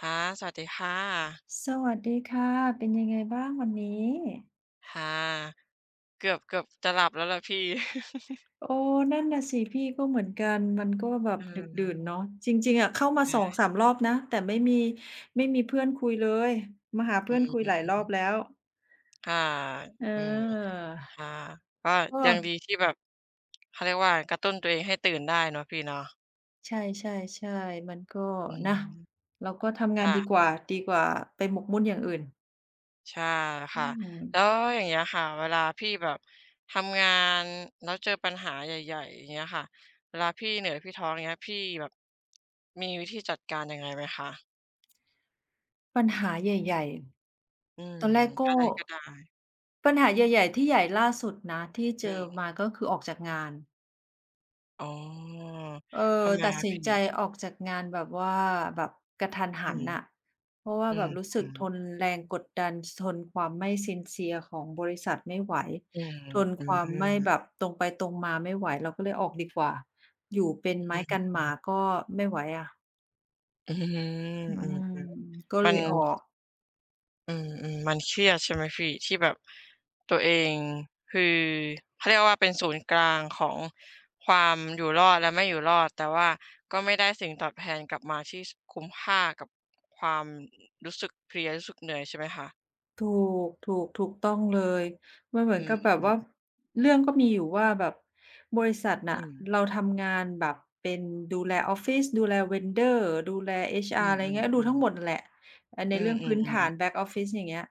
ค่ะสวัสดีค่ะสวัสดีค่ะเป็นยังไงบ้างวันนี้ค่ะเกือบจะหลับแล้วล่ะพี่ โอ้นั่นน่ะสิพี่ก็เหมือนกันมันก็แบบอืดึกดื่นเนาะมจริงๆอะเข้ามาสสองค่ะสามรอบนะแต่ไม่มีเพื่อนคุยเลยมาหาอืเพื่อนคุยหลายรอบแล้มวค่ะเอืมออค่ะก็ก็ยังดีที่แบบเขาเรียกว่ากระตุ้นตัวเองให้ตื่นได้เนาะพี่เนาะใช่ๆๆมันก็อืนะมเราก็ทำงานค่ะดีกว่าไปหมกมุ่นอย่างอื่นใช่อืค่ะแล้วมอย่างเงี้ยค่ะเวลาพี่แบบทำงานแล้วเจอปัญหาใหญ่ๆอย่างเงี้ยค่ะเวลาพี่เหนื่อยพี่ท้ออย่างเงี้ยพี่แบบมีวิธีจัดการยังไงไหมคะปัญหาใหญ่อืมๆตอนแรกก็อะไรก็ได้ปัญหาใหญ่ๆที่ใหญ่ล่าสุดนะที่เจอือม มาก็คือออกจากงาน อ๋อเออทำไมตัดอะสินพี่ใจออกจากงานแบบว่าแบบกะทันอืหันมน่ะเพราะว่าอืแบมบรู้สึอืกมทนแรงกดดันทนความไม่ sincere ของบริษัทไม่ไหวอืมทนอืคมวาอืมมไม่แบบตรงไปตรงมาไม่ไหวเราก็เลยออกดีกว่าอยู่เป็นไม้กันหมาก็ไม่ไหวอะอืมอือมก็มัเลนยออก อืมอืมมันเครียดใช่ไหมพี่ที่แบบตัวเองคือเขาเรียกว่าเป็นศูนย์กลางของความอยู่รอดและไม่อยู่รอดแต่ว่าก็ไม่ได้สิ่งตอบแทนกลับมาที่สคุ้มค่ากับความรู้สึกเพลียรู้สึกเหนื่อยใช่ไหมคะถูถูกต้องเลยมันเหมือือนกับแบม บว่าเรื่องก็มีอยู่ว่าแบบบริษัทอืน่ะมเราทำงานแบบเป็นดูแลออฟฟิศดูแล vendor ดูแล อื HR อะไรเงี้ยดูทั้องๆหๆมดนั่นแหละอ่าในอืเรื่องอพื้นฐาน ๆๆ back office อย่างเงี้ย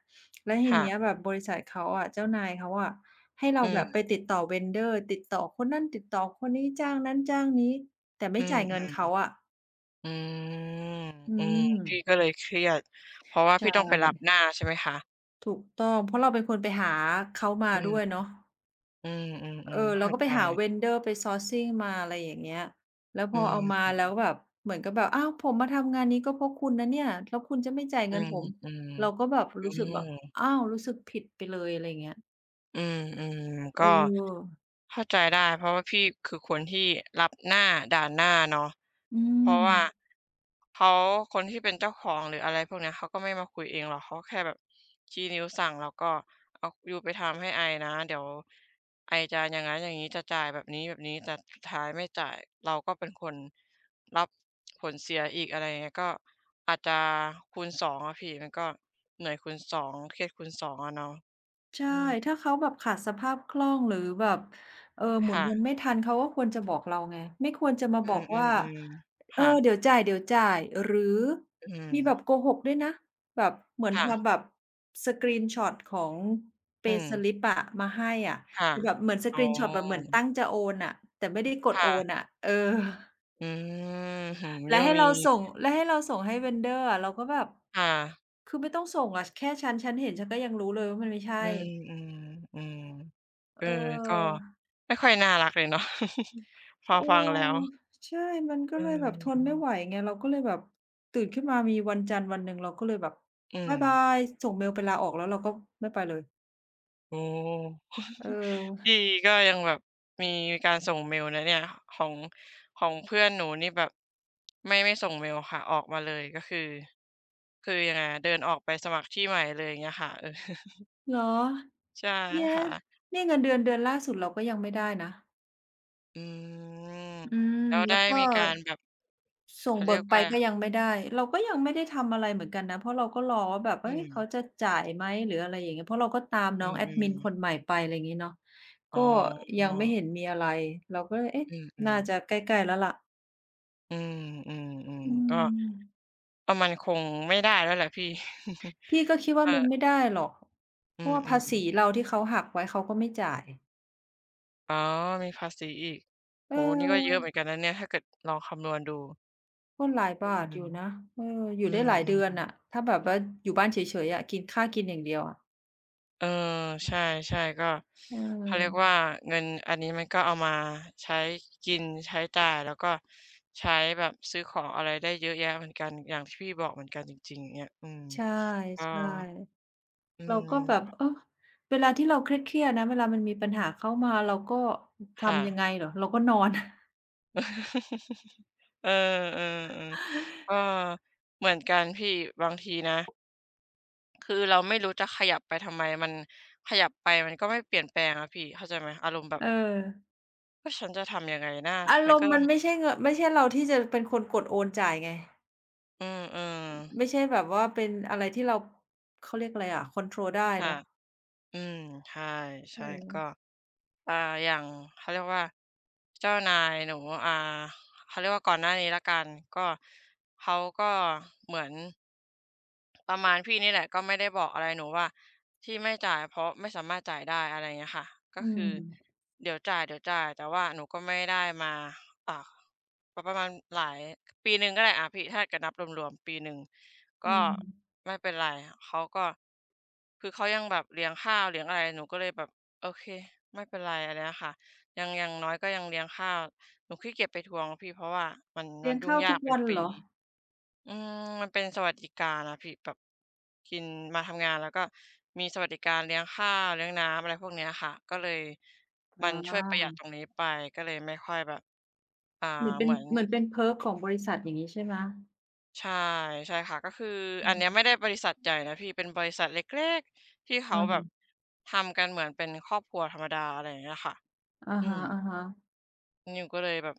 แล้วทีค่ะเนี้ยแบบบริษัทเขาอะเจ้านายเขาอะให้เราอืแบบไปมติดต่อ vendor ติดต่อคนนั้นติดต่อคนนี้จ้างนั้นจ้างนี้แต่อืไม่จ่ามยเงินเขาๆ อะอืมอือืมมพี่ก็เลยเครียดเพราะว่าใชพี่ต้องไปรับ่หน้าใช่ไหมคะถูกต้องเพราะเราเป็นคนไปหาเขามาอืด้วยมเนาะ อืเอมๆอๆเราเข้าก็ไปใจหา vendor ไป sourcing มาอะไรอย่างเงี้ยแล้วพอือเอามามแล้วแบบเหมือนกับแบบอ้าวผมมาทำงานนี้ก็เพราะคุณนะเนี่ยแล้วคุณจะไม่จ่ายอืเงินมผมอืมเราก็แบบอืรู้สึกแบบม อ้าวรู้สึกผิดไปเลยอะไรอย่างเงี้ยอืมอืมเอก็อเข้าใจได้เพราะว่าพี่คือคนที่รับหน้าด่านหน้าเนาะอืเพราะว่าม เขาคนที่เป็นเจ้าของหรืออะไรพวกเนี้ยเขาก็ไม่มาคุยเองหรอกเขาแค่แบบชี้นิ้วสั่งแล้วก็เอายูไปทำให้ไอนะเดี๋ยวไอจะอย่างงั้นอย่างงี้จะจ่ายแบบนี้แบบนี้แต่สุดท้ายไม่จ่ายเราก็เป็นคนรับผลเสียอีกอะไรอย่างเงี้ยก็อาจจะคูณสองอะพี่มันก็เหนื่อยคูณสองเครียดคูณ2องอะเนาะใช่อืมถ้าเขาแบบขาดสภาพคล่องหรือแบบเออหมุนค่ะ เงินไม่ทันเขาก็ควรจะบอกเราไงไม่ควรจะมาอืบอมกอืมว่าอืมเออค่ะเดี๋ยวจ่ายเดี๋ยวจ่ายหรืออืมมีแบบโกหกด้วยนะแบบเหมือนค่ะทำแบบสกรีนช็อตของ อื pay ม slip อะมาให้อะค่ะคือแบบเหมือนสอ๋กอรีนช็อตแบบเหมือนตั้งจะโอนอะแต่ไม่ได้กดโอค่ะนอะเอออืมหือและยังให้มีเราส่งและให้เราส่งให้ vendor อะเราก็แบบค่ะคือไม่ต้องส่งอะแค่ฉันเห็นฉันก็ยังรู้เลยว่ามันไม่อืใช่มอืมอืมเอเอก็ออ ไม่ค่อยน่ารักเลยเนาะ พเอฟังแล้วออใช่มันก็เอเลยแบบทนอไม่ไหวไงเราก็เลยแบบตื่นขึ้นมามีวันจันทร์วันหนึ่งเราก็เลยแบบอืม บ๊ายบายส่งเมลไปลาออกแล้วเราก็ไม่ไปเลยโอ้ เอ พี่อก็ยังแบบมีการส่งเมลนะเนี่ยของของเพื่อนหนูนี่แบบไม่ส่งเมลค่ะออกมาเลยก็คือคือยังไงอะเดินออกไปสมัครที่ใหม่เลยอย่างเงี้ยค่ะเออ เหรอใช่เนี่ยค่ะเนี่ยเงินเดือนเดือนล่าสุดเราก็ยังไม่ได้นะอืมอืมแล้วแล้วได้ก็มีการแบบส่งเขาเรีเบิยกกไปว่าก็ยังไม่ได้เราก็ยังไม่ได้ทำอะไรเหมือนกันนะเพราะเราก็รอว่าแบบอืเฮ้ยมเขาจะจ่ายไหมหรืออะไรอย่างเงี้ยเพราะเราก็ตามน้อืองมแอดอืมิมนคนใหม่ไปอะไรอย่างงี้เนาะอ๋อก็ยังไม่เห็นมีอะไรเราก็เลยเอ๊ะอืมอืมน่าจะใกล้ๆแล้วล่ะ อืมอืมอืมอืก็มก็มันคงไม่ได้แล้วแหละพี่ พี่ก็คิดเอว่าอมันไม่ได้หรอกอืเพราะมว่าอืภาม ษีเราที่เขาหักไว้เขาก็ไม่จ่ายอ๋อมีภาษีอีกเโอ้โฮนี่ก็เยอะเหออมือนกันนะเนี่ยถ้าเกิดลองคำนวณดูก็หลายอืบาทอมยู่นะเออออืยู่ได้มหลายอืเดืมอนอะถ้าแบบว่าอยู่บ้านเฉยๆอะกินข้าวกินอย่างเดียวอะเออ ใช่ๆก็เเขาเรียกออว่าเงินอันนี้มันก็เอามาใช้กิน ใช้จ่ายแล้วก็ใช้แบบซื้อของอะไรได้เยอะแยะเหมือนกันอย่างที่พี่บอกเหมือนกันจริงๆอย่างเงี้ยใช่ก็ใช่อืเรามก็แบบเออเวลาที่เราเครียดๆนะเวลามันมีปัญหาเข้ามาเราก็ค่ะ ทำยังไงเหรอเราก็นอน เออๆๆก็เหมือนกันพี่บางทีนะ คือเราไม่รู้จะขยับไปทำไมมันขยับไปมันก็ไม่เปลี่ยนแปลงอะพี่เข้าใจไหมอารมณ์แบบเออว่าฉันจะทำยังไงนะอาฉัรนมก็ณ์ต้มัอนงไม่ใช่เงินไม่ใช่เราที่จะเป็นคนกดโอนจ่ายไง อืมไม่ๆใช่แบบว่าเป็นอะไรที่เราเขาเรียกอะไรอะคอนโทรลได้ค่ะเนาะอืมใช่เอใช่อก็ อ่าอย่างเขาเรียกว่าเจ้านายหนูอ่าเขาเรียกว่าก่อนหน้านี้แล้วกันก็เขาก็เหมือนประมาณพี่นี่แหละก็ไม่ได้บอกอะไรหนูว่าที่ไม่จ่ายเพราะไม่สามารถจ่ายได้อะไรอย่างเงี้ยค่ะก็อืคือมเดี๋ยวจ่ายเดี๋ยวจ่ายแต่ว่าหนูก็ไม่ได้มาอ่าปประมาณหลายปีหนึ่งก็ได้อ่าพี่ถ้าเกิดนับรวมๆปีหนึ่งอืก็มไม่เป็นไรเขาก็คือเขายังแบบเลี้ยงข้าวเลี้ยงอะไรหนูก็เลยแบบ โอเคไม่เป็นไรอันเนี้ยค่ะยังอย่างน้อยก็ยังเลี้ยงข้าวหนูขี้เกียจไปทวงพี่เพราะว่ามัเลี้นยงยุ่งข้าวยาทุกกเป็นวันเหปีรออืมมันเป็นสวัสดิการอะพี่แบบกินมาทำงานแล้วก็มีสวัสดิการเลี้ยงข้าวเลี้ยงน้ำอะไรพวกเนี้ยค่ะก็เลยอมันช่วยประหยัดาตรงนี้ไปก็เลยไม่ค่อยแบบอ่าเหมือนเป็เหนมือนเหมือนเป็น perk ของบริษัทอย่างงี้ใช่ไหมใช่ใช่ค่ะก็คืออือันเนี้ยไม่ได้มบริษัทใหญ่นะพี่เป็นบริษัทเล็กๆที่เอเขาแบบอทำกันเหมือนเป็นครอบครัวธรรมดาอะไรอย่างเงี้ยค่ะอะอืฮะม ๆนิวก็เลยแบบ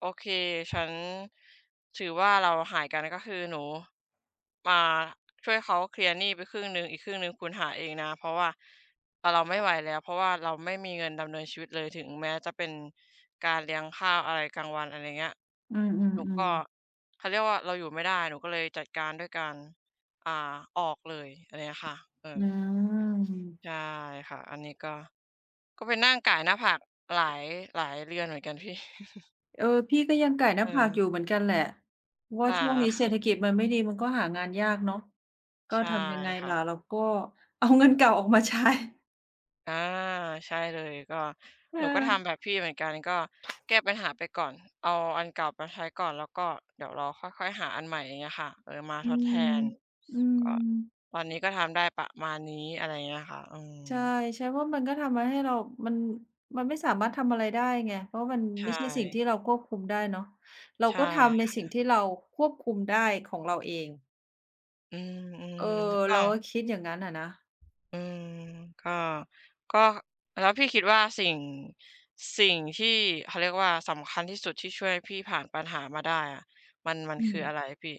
โอเคฉันถือว่าเราหายกันก็คือหนูมาช่วยเขาเคลียร์หนี้ไปครึ่งหนึ่งอีกครึ่งหนึ่งคุณหาเองนะเพราะว่าเราไม่ไหวแล้วเพราะว่าเราไม่มีเงินดำเนินชีวิตเลยถึงแม้จะเป็นการเลี้ยงข้าวอะไรกลางวันอะไรเงี้ยอืหนูมก็ๆๆเขาเรียกว่าเราอยู่ไม่ได้หนูก็เลยจัดการด้วยการอ่าออกเลยอะไรเงี้ยค่ะเออือมใช่ค่ะอันนี้ก็ก็เปนนั่งก่ายหน้าผากหลายหลายเรือนเหมือนกันพี่ เออพี่ก็ยังไก่หน้าผากอยู่เออ เหมือนกันแหละเพราะว่าค่ช่วงนี้เศระษฐกิจมันไม่ดีมันก็หางานยากเนาะก็ใช่ทำยังไงค่ะล่ะเราก็เอาเงินเก่าออกมาใช้ อาใช่เลยก็เหนูก็ทำอแบอบพี่เหมือนกันก็แก้ปัญหาไปก่อนเอาอันเก่ามาใช้ก่อนแล้วก็เดี๋ยวเราค่อยๆหาอันใหม่อย่างเงี้ยค่ะเออมาอืทดแทมนอืก็ม ตอนนี้ก็ทำได้ประมาณนี้อะไรเงี้ยค่ะอืใช่มใช่เพราะมันก็ทำมาให้เรามันมันไม่สามารถทำอะไรได้ไงเพราะมันใช่ไม่ใช่สิ่งที่เราควบคุมได้เนาะเราใช่ก็ทำในสิ่งที่เราควบคุมได้ของเราเองอืเอมอๆก็ เราก็คิดอย่างนั้นอะนะอืมก็ก็แล้วพี่คิดว่าสิ่งสิ่งที่เขาเรียกว่าสำคัญที่สุดที่ช่วยพี่ผ่านปัญหามาได้อะมันอืคือมอะไรพี่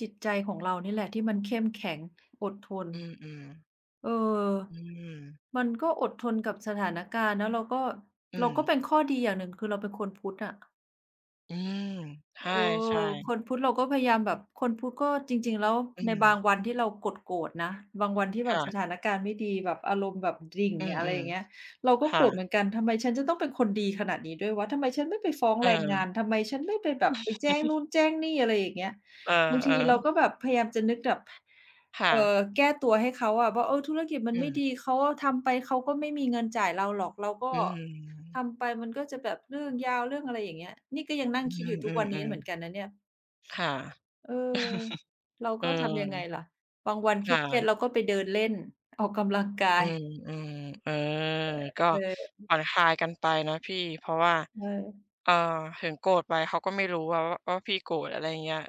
จิตใจของเรานี่แหละที่มันเข้มแข็งอดทนอืมๆเอออืมมันก็อดทนกับสถานการณ์แล้วเราก็อืเรามก็เป็นข้อดีอย่างหนึ่งคือเราเป็นคนพุทธอะ อืมใเออช่คนๆพุทธเราก็พยายามแบบคนพุทธก็จริงๆแล้วอืในมบางวันที่เราโกรธๆนะบางวันที่แบบค่ะสถานการณ์ไม่ดีแบบอารมณ์แบบดิ่งอือะไรอมย่างเงี้ยเราก็ๆโกค่ะรธเหมือนกันทำไมฉันจะต้องเป็นคนดีขนาดนี้ด้วยวะทำไมฉันไม่ไปฟ้องเแรงงานออทำไมฉันไม่ไปแบบไปแจ้งนู่นแจ้งนี่อะไรอย่างเงี้ยเออบางทีเราก็ๆแบบพยายามจะนึกแบบค่ะเอ่อแก้ตัวให้เขาอะว่าเออธุรกิจมันอืไม่มดีเขาทำไปเขาก็ไม่มีเงินจ่ายเราหรอกเราอืก็ มทำไปมันก็จะแบบเรื่องยาวเรื่องอะไรอย่างเงี้ยนี่ก็ยังนั่งอืคิดอยู่ทุกวันนี้มเหมือนๆๆกันนะเนี่ยค่ะเออเราเอก็ทำยังไงอล่ะบางวันเครียดๆค่ะเราก็ไปเดินเล่นออกกำลังกาอืยมๆเออก็เออผ่อนคลายกันไปนะพี่เพราะว่า เออเออถึงโกรธไปเขาก็ไม่รู้ว่าพี่โกรธอะไรอย่างเงี้ย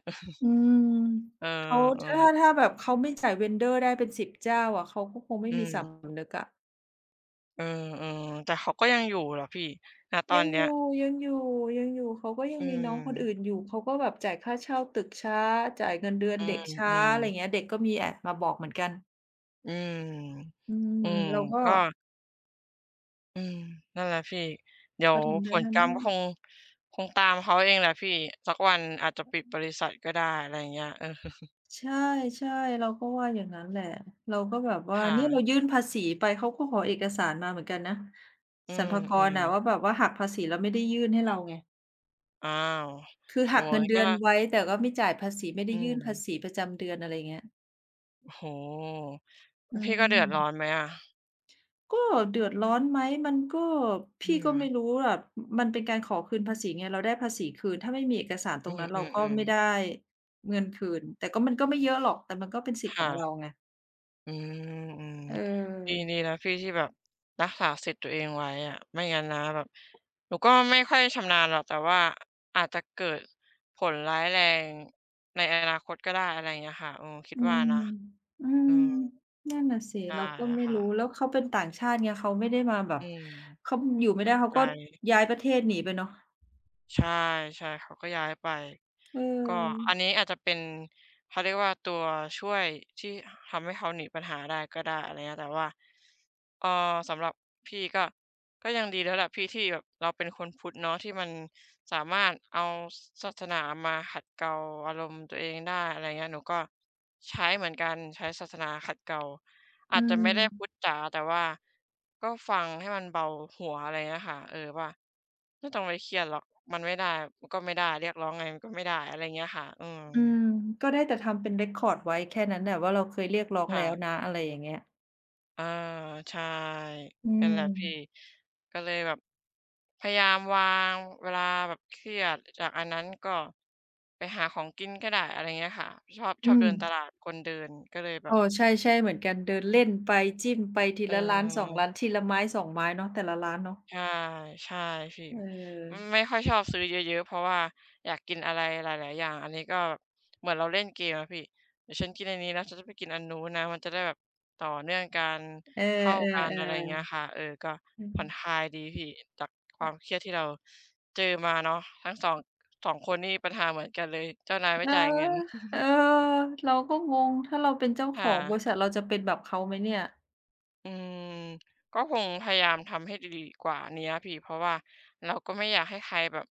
อืมเออเขาๆออถ้าแบบเขาไม่จ่าย vendor ได้เป็น10เจ้าอะเขาก็คงไม่อืมีสมำนึกอะเออๆแต่เขาก็ยังอยู่เหรอพี่ณตอยันงอเนี้ยยู่ยังอยู่ยังอยู่เขาก็ยังอืมีน้องคนอื่นมอยู่เขาก็แบบจ่ายค่าเช่าตึกช้าจ่ายเงินเดือนอืเด็กช้ามอะไรอๆย่างเงี้ยเด็กก็มีแอบมาบอกเหมือนกันอืมอืมอืมเราก็ ก็อืมนั่นแหละพี่เดี๋ยวก็ทำผได้ลทั้กงรรมก็นั้นคงตามเขาเองแหละพี่สักวันอาจจะปิดบริษัทก็ได้อะไรอย่างเงี้ยเออ ใช่ๆเราก็ว่าอย่างนั้นแหละเราก็แบบว่าเนี่ยเราค่ะยื่นภาษีไปเขาก็ขอเอกสารมาเหมือนกันนะอืสรรพากรน่ะว่ามแบบว่าหักภาษีแล้วไม่ได้ยื่นให้เราไงๆอ้าวคือโอ้หักโฮเงินเดืก็อนไว้แต่ก็ไม่จ่ายภาษีไม่ได้อืยื่นมภาษีประจำเดือนอะไรเงี้ยโอ้โฮอืพี่ก็เดือดร้อนมไหมอะก็เดือดร้อนไหมมันก็อืพี่ก็ไม่ม รู้อะมันเป็นการขอคืนภาษีไงเราได้ภาษีคืนถ้าไม่มีเอกสารตอืรมงนั้นๆมเราก็อืมไม่ได้เงินคืนแต่ก็มันก็ไม่เยอะหรอกแต่มันก็เป็นสิทธิ์ขอค่ะงเราไงอืมอืมเออ ดีแล้วพี่ที่แบบรักษาสิทธิ์ตัวเองไว้อะไม่งั้นนะแบบหนูก็ไม่ค่อยชำนาญหรอกแต่ว่าอาจจะเกิดผลร้ายแรงในอนาคตก็ได้อะไรอย่างเงี้ยค่ะเออคิดอืมว่านะอือืมมนั่นน่ะสิเราได้ก็ไม่รู้แล้ค่ะวเขาเป็นต่างชาติไงเขาไม่ได้มาแบบอืมเขาอยู่สไม่ได้นเขาใจ ก็ย้ายประเทศหนีไปเนาะใช่ใช่เขาก็ย้ายไปเก็ออัอนนี้อาจจะเป็นเขาเรียกว่าตัวช่วยที่ทำให้เขาหนีปัญหาได้ก็ได้อะไรเงี้ยแต่ว่าเอ่อสำหรับพี่ก็ยังดีแล้วแหละพี่ที่แบบเราเป็นคนพุทธเนาะที่มันสามารถเอาศาสนามาขัดเกลาอารมณ์ตัวเองได้อะไรเงี้ยหนูก็ใช้เหมือนกันใช้ศาสนาขัดเกลา อือาจจะไม่ได้พูดมจ๋าแต่ว่าก็ฟังให้มันเบาหัวอะไรเงี้ยค่ะเออว่าไม่ต้องไปเครียดหรอกมันไม่ได้มันก็ไม่ได้เรียกร้องไงมันก็ไม่ได้อะไรเงี้ยค่ะอืมอืมก็ได้แต่ทำเป็น record ไว้แค่นั้นแหละว่าเราเคยเรียกร้องแล้ค่ะวนะอะไรอย่างเงี้ยอาใช่อืนั่นแหละพี่มก็เลยแบบพยายามวางเวลาแบบเครียดจากอันนั้นก็ไปหาของกินก็ได้อะไรเงี้ยค่ะชอบชอือบเดิมนตลาดคนเดินก็เลยแบเอบอใช่ๆเหมือนกันเดินเล่นไปจิ้มไปทีเอละร้านสองร้านอ ทีละไม้สองไม้เนาะแต่ละร้านเนาะใช่ใช่พี่เอืมออไม่ค่อยชอบซื้อเยอะๆเพราะว่าอยากกินอะไรหลายๆอย่างอันนี้ก็แบบเหมือนเราเล่นเกมอะพี่เดี๋ยวฉันกินอันนี้แล้วฉันจะไปกินอันนู้นนะมันจะได้แบบต่อเนื่องกันเอเข้าอๆกันอะไรอย่างเงี้ยๆค่ะเออก็อืม ผ่อนคลายดีพี่จากความเครียดที่เราเจอมาเนาะทั้งสองคนนี่ปัญหาเหมือนกันเลยเจ้านายไม่เออจ่ายเงิน เออ เราก็งงถ้าเราเป็นเจ้าขอค่ะ งบริษัทเราจะเป็นแบบเขาไหมเนี่ยอืมก็คงพยายามทำให้ดีกว่านี้อะพี่เพราะว่าเราก็ไม่อยากให้ใครแบบ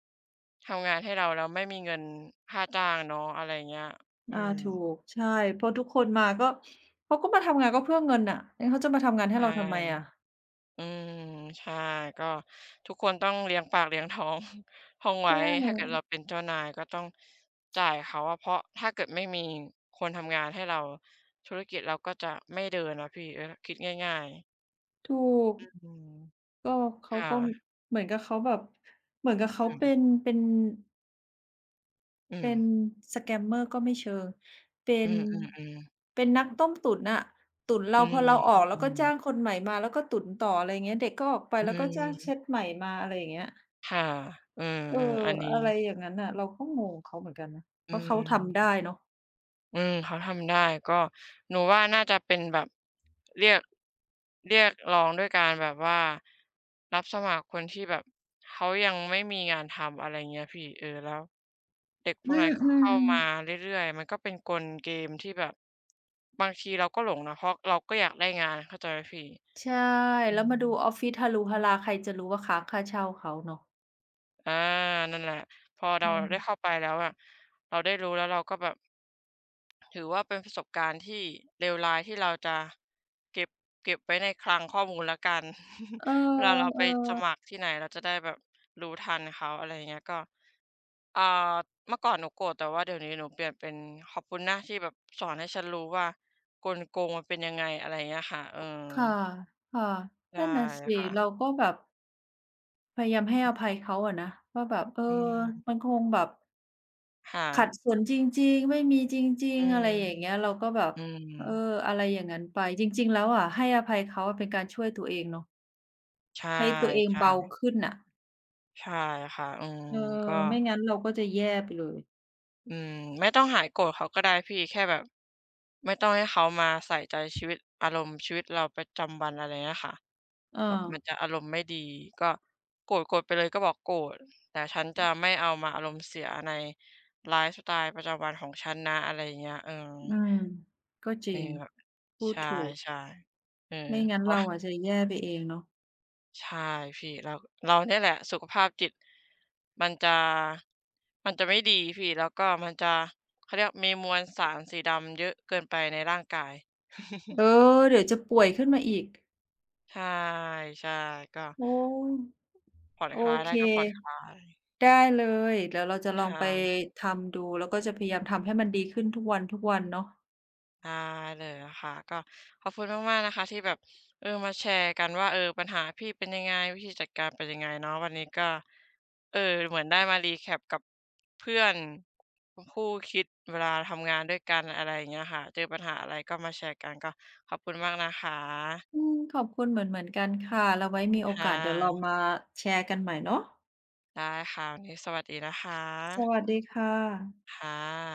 ทำงานให้เราแล้วไม่มีเงินค่าจ้างเนาะอะไรเงี้ยอือามถูกใช่ เพราะทุกคนมาก็เขาก็มาทำงานก็เพื่อเงินน่ะงั้นเขาจะมาทำงานใชให้เราทำไมอะ่อืมใช่ก็ทุกคนต้องเลี้ยงปากเลี้ยงท้อง ท้องไว้ใช่ ถ้าเกิดเราเป็นเจ้านายก็ต้องจ่ายเขาอะเพราะถ้าเกิดไม่มีคนทำงานให้เราธุรกิจเราก็จะไม่เดินอะพี่เออคิดง่ายถูกๆอืมก็เขาค่ะก็เหมือนกับเขาแบบเหมือนกับเขาอืเป็นมเป็นอืมเป็น scammer ก็ไม่เชิงเป็อืนมอืมอืม เป็นนักต้มตุ๋นน่ะตุ๋นอืเราพมอเราออกอืแล้วก็มจ้างคนใหม่มาแล้วก็ตุ๋นต่ออะไรอย่างเงี้ยเด็กก็ออกไปอืแล้วก็จ้าง c ม h e ใหม่มาอะไรอย่างเงี้ย ค่ะเออเออๆอันนี้อะไรอย่างนั้นน่ะเราก็งงเขาเหมือนกันนะเพอืราะเขาทำมได้เนาะอืมเขาทำได้ก็หนูว่าน่าจะเป็นแบบเรียกเรียกร้องด้วยการแบบว่ารับสมัครคนที่แบบเขายังไม่มีงานทำอะไรเงี้ยพี่เออแล้วเด็กพอืวกนั้นก็มเข้ามาเรื่อยๆมันก็เป็นกลเกมที่แบบบางทีเราก็หลงนะเพราะเราก็อยากได้งานเข้าใจไหมพี่ๆใช่อืแล้วมาดูออม ฟฟิศหรูหราใครจะรู้ว่าค้างค่าเช่าเขาเนาะอานั่นแหละพออืเราได้เข้ามไปแล้วอะเราได้รู้แล้วเราก็แบบถือว่าเป็นประสบการณ์ที่เลวร้ายที่เราจะเก็บเก็บไว้ในคลังข้อมูลแล้วกัน เเวลาเราออไปสมัครที่ไหนเราจะได้แบบรู้ทันเขาอะไรอย่างเงี้ยก็อ่าเมื่อก่อนหนูโกรธแต่ว่าเดี๋ยวนี้หนูเปลี่ยนเป็นขอบคุณนะที่แบบสอนให้ฉันรู้ว่ากลโกงมันเป็นยังไงอะไรอย่างเงี้ยค่ะเออๆค่ะค่ะใช่นั่นน่ะสิค่ะเราก็แบบพยายามให้อภัยเขาอะนะว่าแบบเออือมัมนคงแบบค่ะขัดสนจริงๆไม่มีจริงอืๆอะมไรอย่างเงี้ยเราก็แบบอืมเอออะไรอย่างงั้นไปจริงๆแล้วอะให้อภัยเขาอะเป็นการช่วยตัวเองเนาะใชให้ตัวเอง่เบาๆ ขึ้นน่ะ ใช่ค่ะอืมเออก็ไม่งั้นเราก็จะแย่ไปเลยอืมไม่ต้องหายโกรธเขาก็ได้พี่แค่แบบ ไม่ต้องให้เขามาใส่ใจชีวิตอารมณ์ชีวิตเราประจำวันอะไรเงี้ยค่ะเอแบบอมันจะอารมณ์ไม่ดี ก็โกรธไปเลยก็บอกโกรธแต่ฉันจะไม่เอามาอารมณ์เสียในไลฟ์สไตล์ประจำวันของฉันนะอะไรอย่างเงี้ยเอออืมก็จเออริงแบบพูดใชถูก่ๆเออ ไม่งั้นเราอาจจะแย่ไปเองเนาะใช่พี่เราเราเนี่ยแหละสุขภาพจิตมันจะมันจะไม่ดีพี่แล้วก็มันจะเขาเรียกมีมวลสารสีดำเยอะเกินไปในร่างกาย เออเดี๋ยวจะป่วยขึ้นมาอีกใช่ใช่ก็โอ้ยผ่อนโอคลายเคได้ก็ผ่อนคลายได้เลยเดี๋ยวเราจะลอใช่ งไปทำดูแล้วก็จะพยายามทำให้มันดีขึ้นทุกวันทุกวันเนาะได้เลยนะคะก็ขอบคุณมากๆนะคะที่แบบเออมาแชร์กันว่าเออปัญหาพี่เป็นยังไงวิธีจัดการเป็นยังไงเนาะวันนี้ก็เออเหมือนได้มารีแคปกับเพื่อนคู่คิดเวลาทำงานด้วยกันอะไรอย่างเงี้ยค่ะเจอปัญหาอะไรก็มาแชร์กันก็ขอบคุณมากนะคะอืมขอบคุณเหมือนกันค่ะแล้วไว้มีโอค่กาสเดี๋ยวเราะมาแชร์กันใหม่เนาะได้ค่ะวันนี้สวัสดีนะคะสวัสดีค่ะค่ะ